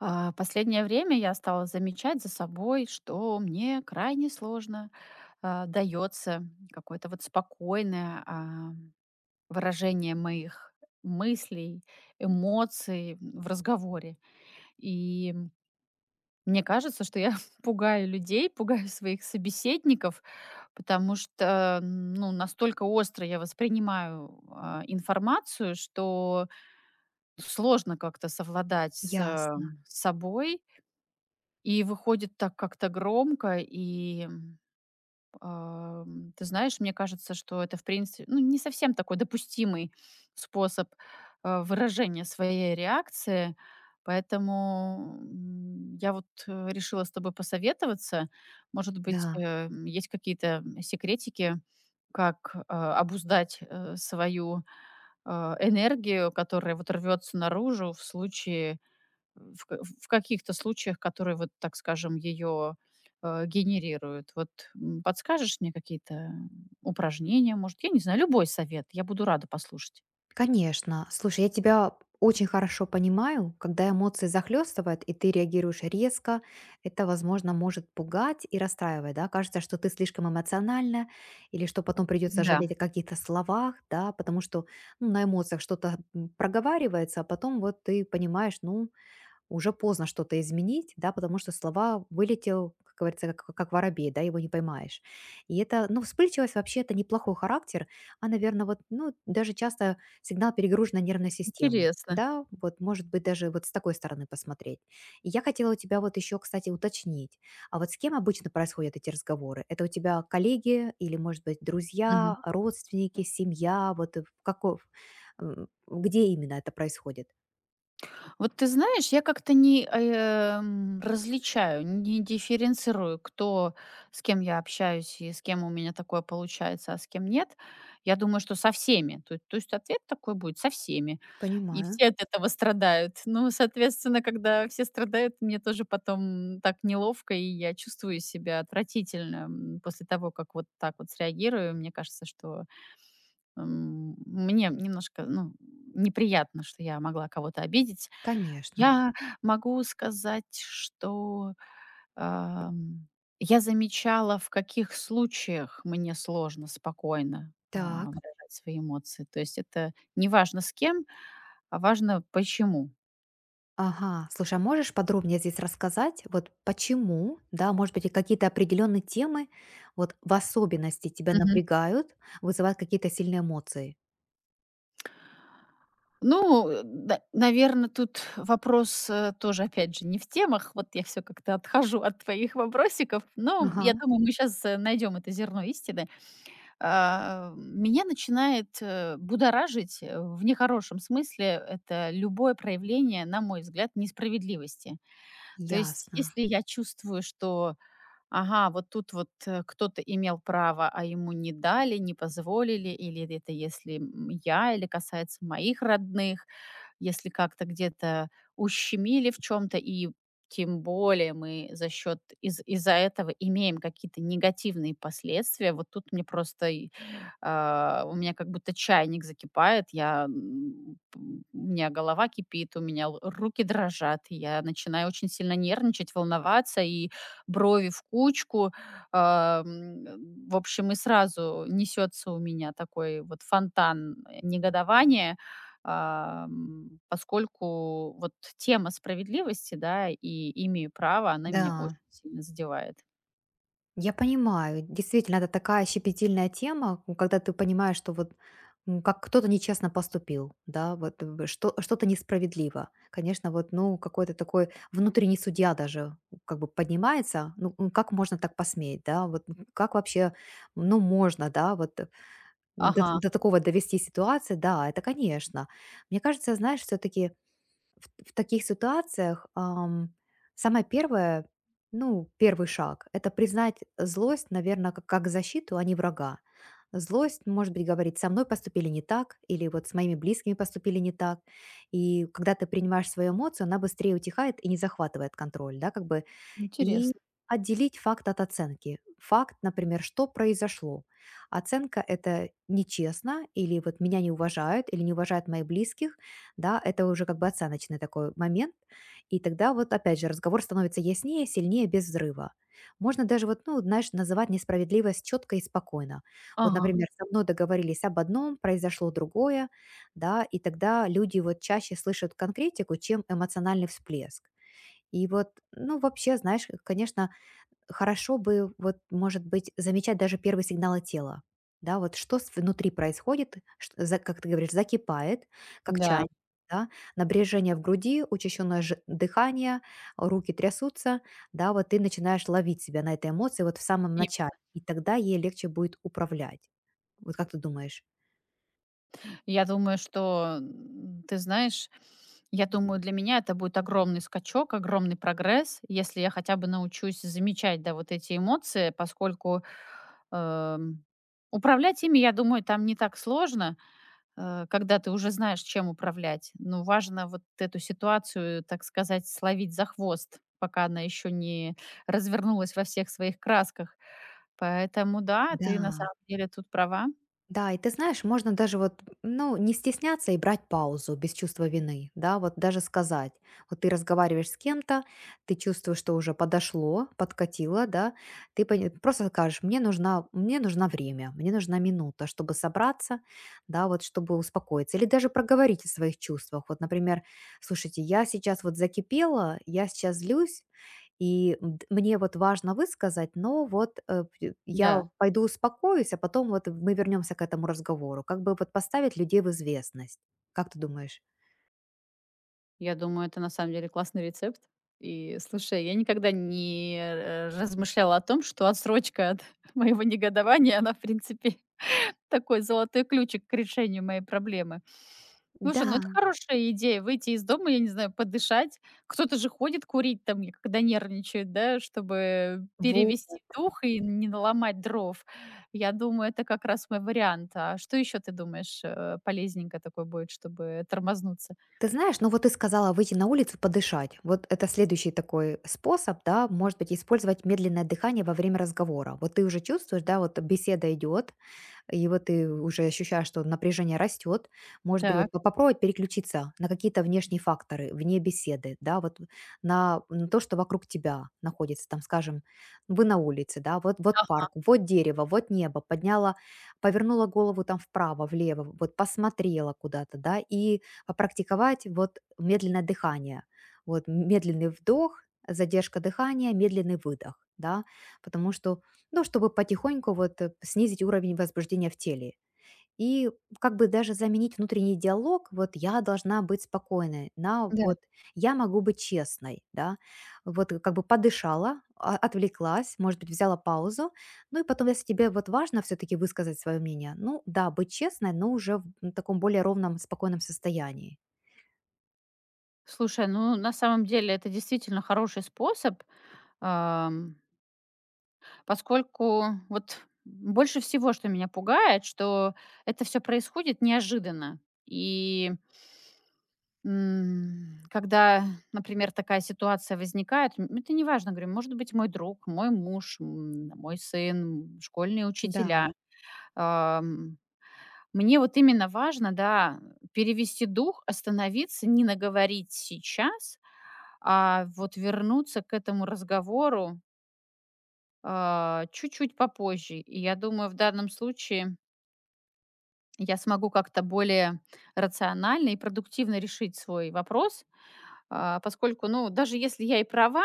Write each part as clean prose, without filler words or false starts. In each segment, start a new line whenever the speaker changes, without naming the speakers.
Последнее время я стала замечать за собой, что мне крайне сложно дается какое-то вот спокойное выражение моих мыслей, эмоций в разговоре. И мне кажется, что я пугаю людей, пугаю своих собеседников, потому что ну, настолько остро я воспринимаю информацию, что сложно как-то совладать с
Ясно,
собой. И выходит так как-то громко, и, ты знаешь, мне кажется, что это, в принципе, ну, не совсем такой допустимый способ, выражения своей реакции. Поэтому, я вот, решила с тобой посоветоваться. Может быть,
да,
есть какие-то секретики, как, обуздать, свою, э, энергию, которая вот рвется наружу в случае в каких-то случаях, которые, вот так скажем, ее генерируют. Вот, подскажешь мне какие-то упражнения, может, я не знаю, любой совет, я буду рада послушать.
конечно. Слушай, я тебя очень хорошо понимаю, когда эмоции захлестывают, и ты реагируешь резко, это, возможно, может пугать и расстраивать, да? Кажется, что ты слишком эмоциональна, или что потом придется
Да,
жалеть о каких-то словах, да, потому что ну, на эмоциях что-то проговаривается, а потом вот ты понимаешь, ну, уже поздно что-то изменить, да, потому что слова вылетел, как говорится, как воробей, да, его не поймаешь. И это, ну, вспыльчивость вообще это неплохой характер, наверное, вот, ну, даже часто сигнал перегруженной нервной системы,
интересно.
да, вот, может быть, даже вот с такой стороны посмотреть. И я хотела у тебя вот еще, кстати, уточнить, а вот с кем обычно происходят эти разговоры? Это у тебя коллеги или, может быть,
Мгм.
друзья, родственники, семья, вот в каков, где именно это происходит?
Вот ты знаешь, я как-то не, а, различаю, не дифференцирую, кто с кем я общаюсь и с кем у меня такое получается, а с кем нет. Я думаю, что со всеми. То есть ответ такой будет: со всеми. И
Понимаю.
все от этого страдают. Ну, соответственно, когда все страдают, мне тоже потом так неловко, и я чувствую себя отвратительно, после того, как вот так вот среагирую. Мне кажется, что, мне немножко, ну, неприятно, что я могла кого-то обидеть.
Конечно.
Я могу сказать, что, ам, я замечала, в каких случаях мне сложно спокойно,
Так.
выражать свои эмоции. То есть это не важно с кем, а важно почему.
Ага. Слушай, а можешь подробнее здесь рассказать, вот почему, да, может быть, и какие-то определенные темы вот в особенности тебя
Мгм.
напрягают, вызывают какие-то сильные эмоции?
Ну, наверное, тут вопрос, тоже, опять же, не в темах. Вот я все как-то отхожу от твоих вопросиков, но я
Ага,
думаю, мы сейчас найдем это зерно истины. Меня начинает, будоражить, в нехорошем смысле, это любое проявление, на мой взгляд, несправедливости. То есть,
ясно.
если я чувствую, что Ага, вот тут вот, кто-то имел право, а ему не дали, не позволили, или это если, я, или касается моих родных, если как-то где-то ущемили в чем то и тем более мы за счет из из-за этого имеем какие-то негативные последствия. Вот тут мне просто и, у меня как будто чайник закипает, я, м, п у меня голова кипит, у меня л руки дрожат, и я начинаю очень сильно нервничать, волноваться и брови в кучку. Ам, в общем, и сразу несется у меня такой вот фонтан негодования, поскольку вот тема справедливости, да, и "имею право", она меня очень
Да.
сильно задевает.
Я понимаю, действительно, это такая щепетильная тема, когда ты понимаешь, что вот как кто-то нечестно поступил, да, вот что, что-то несправедливо. Конечно, вот, ну, какой-то такой внутренний судья даже как бы поднимается, ну, как можно так посметь, да, вот как вообще, ну, можно, да, вот до,
Ага,
до такого довести ситуации, да, это, конечно. Мне кажется, знаешь, все-таки в таких ситуациях самое первое, ну, первый шаг, это признать злость, наверное, как защиту, а не врага. Злость, может быть, говорит, со мной поступили не так, или вот с моими близкими поступили не так. И когда ты принимаешь свою эмоцию, она быстрее утихает и не захватывает контроль, да, как бы и
интересно.
отделить факт от оценки. Факт, например, что произошло. Оценка– это нечестно, или вот меня не уважают, или не уважают моих близких, да, это уже как бы оценочный такой момент. И тогда вот опять же разговор становится яснее, сильнее, без взрыва. Можно даже вот, ну, знаешь, называть несправедливость четко и спокойно. Вот,
Ага,
например, со мной договорились об одном, произошло другое, да, и тогда люди вот чаще слышат конкретику, чем эмоциональный всплеск. И вот, ну, вообще, знаешь, конечно, хорошо бы, вот, может быть, замечать даже первые сигналы тела. Да, вот что внутри происходит, как ты говоришь, закипает, как чай,
да.
да, напряжение в груди, учащенное дыхание, руки трясутся, да, вот ты начинаешь ловить себя на этой эмоции вот в самом начале, и тогда ей легче будет управлять. Вот как ты думаешь?
Я думаю, что, ты знаешь, я думаю, для меня это будет огромный скачок, огромный прогресс, если я хотя бы научусь замечать, да, вот эти эмоции, поскольку, эм, управлять ими, я думаю, там не так сложно, когда ты уже знаешь, чем управлять. Но важно вот эту ситуацию, так сказать, словить за хвост, пока она еще не развернулась во всех своих красках. Поэтому да, ты на
Да,
самом деле тут права.
да, и ты знаешь, можно даже вот, ну, не стесняться и брать паузу без чувства вины, да, вот даже сказать. Вот ты разговариваешь с кем-то, ты чувствуешь, что уже подошло, подкатило, да, ты просто скажешь, мне нужна время, мне нужна минута, чтобы собраться, да, вот чтобы успокоиться. Или даже проговорить о своих чувствах. Вот, например, слушайте, я сейчас вот закипела, я сейчас злюсь, и мд мне вот важно высказать, но вот, п
Да.
я пойду успокоюсь, а потом вот мы вернемся к этому разговору. Как бы вот поставить людей в известность. Как ты думаешь?
Я думаю, это на самом деле классный рецепт. И слушай, я никогда не размышляла о том, что отсрочка от моего негодования, она, в принципе, такой золотой ключик к решению моей проблемы. Слушай, ну это
Да.
хорошая идея - выйти из дома, я не знаю, подышать. Кто-то же ходит курить там, и когда нервничает, да, чтобы
Во
перевести дух и не наломать дров. Я думаю, это как раз мой вариант. А что еще ты думаешь, полезненько такой будет, чтобы тормознуться?
ты знаешь, ну вот ты сказала выйти на улицу подышать. Вот это следующий такой способ, да, может быть, использовать медленное дыхание во время разговора. Вот ты уже чувствуешь, да, вот беседа идет, и вот ты уже ощущаешь, что напряжение растет. Может быть,
Так.
вот попробовать переключиться на какие-то внешние факторы, вне беседы, да, вот на то, что вокруг тебя находится, там, скажем, вы на улице, да, вот, вот
А.
парк, вот дерево, вот небо, подняла, повернула голову там вправо, влево, вот посмотрела куда-то, да, и попрактиковать вот медленное дыхание, вот медленный вдох, задержка дыхания, медленный выдох, да, потому что ну, чтобы потихоньку вот снизить уровень возбуждения в теле. И как бы даже заменить внутренний диалог, вот я должна быть спокойной, на
Да.
вот я могу быть честной, да, вот как бы подышала, отвлеклась, может быть, взяла паузу, ну и потом, если тебе вот важно все-таки высказать свое мнение, ну да, быть честной, но уже в таком более ровном, спокойном состоянии.
Слушай, ну, на самом деле это действительно хороший способ, ам, поскольку вот больше всего, что меня пугает, что это все происходит неожиданно. И, когда, например, такая ситуация возникает, это неважно, говорю, может быть, мой друг, мой муж, мой сын, школьные
Да,
учителя. Ам, мне вот именно важно, да, перевести дух, остановиться, не наговорить сейчас, а вот вернуться к этому разговору, чуть-чуть попозже. И я думаю, в данном случае я смогу как-то более рационально и продуктивно решить свой вопрос, поскольку, ну, даже если я и права,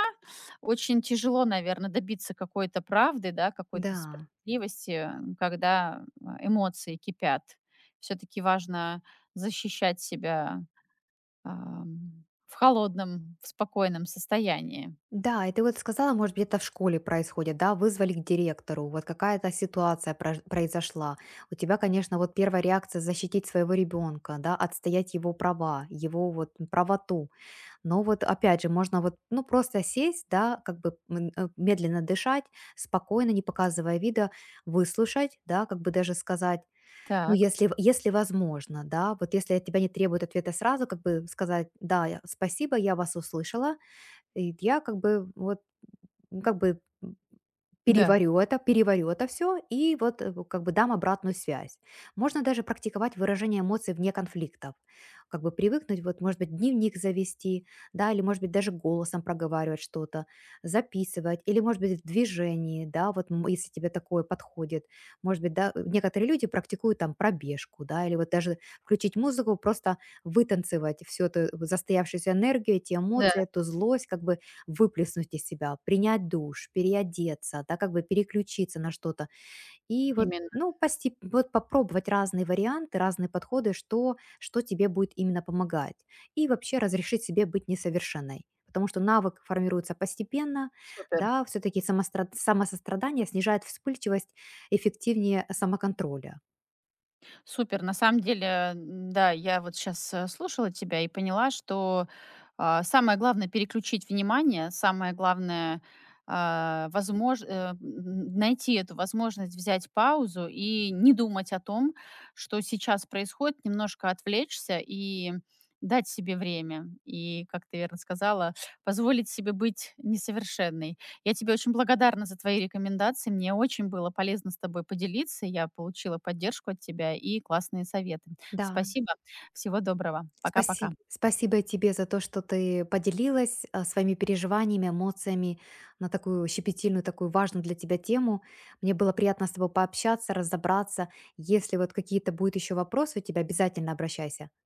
очень тяжело, наверное, добиться какой-то правды, да, какой-то
да.
справедливости, когда эмоции кипят. Все-таки важно защищать себя в холодном, в спокойном состоянии.
Да, и ты вот сказала, может быть, это в школе происходит, да, вызвали к директору, вот какая-то ситуация произошла. У тебя, конечно, вот первая реакция защитить своего ребенка, да, отстоять его права, его вот правоту. Но вот опять же, можно вот, ну, просто сесть, да, как бы медленно дышать, спокойно, не показывая вида, выслушать, да, как бы даже сказать, ну,
Так,
если, если возможно, да, вот если от тебя не требуют ответа сразу, как бы сказать, да, спасибо, я вас услышала, и я как бы вот, ну, как бы
да,
переварю это, переварю это все и вот как бы дам обратную связь. Можно даже практиковать выражение эмоций вне конфликтов. Как бы привыкнуть, вот, может быть, дневник завести, да, или, может быть, даже голосом проговаривать что-то, записывать, или, может быть, в движении, да, вот если тебе такое подходит. Может быть, да, некоторые люди практикуют там пробежку, да, или вот даже включить музыку, просто вытанцевать всю эту застоявшуюся энергию, эти
да.
эмоции, эту злость, как бы выплеснуть из себя, принять душ, переодеться, да, как бы переключиться на что-то. И вот,
Именно.
ну, постеп, вот попробовать разные варианты, разные подходы, что, что тебе будет именно помогать. И вообще разрешить себе быть несовершенной. Потому что навык формируется постепенно,
Супер.
да, все-таки самосострадание снижает вспыльчивость эффективнее самоконтроля.
Супер. На самом деле, да, я вот сейчас слушала тебя и поняла, что самое главное переключить внимание, самое главное а, возмож- э, м, найти эту возможность взять паузу и не думать о том, что сейчас происходит, немножко отвлечься и дать себе время. И, как ты верно сказала, позволить себе быть несовершенной. Я тебе очень благодарна за твои рекомендации. Мне очень было полезно с тобой поделиться. Я получила поддержку от тебя и классные советы.
Да,
Спасибо. Всего доброго. Пока-пока.
Спасибо тебе за то, что ты поделилась, своими переживаниями, эмоциями на такую щепетильную, такую важную для тебя тему. Мне было приятно с тобой пообщаться, разобраться. Если вот какие-то будут еще вопросы у тебя, обязательно обращайся.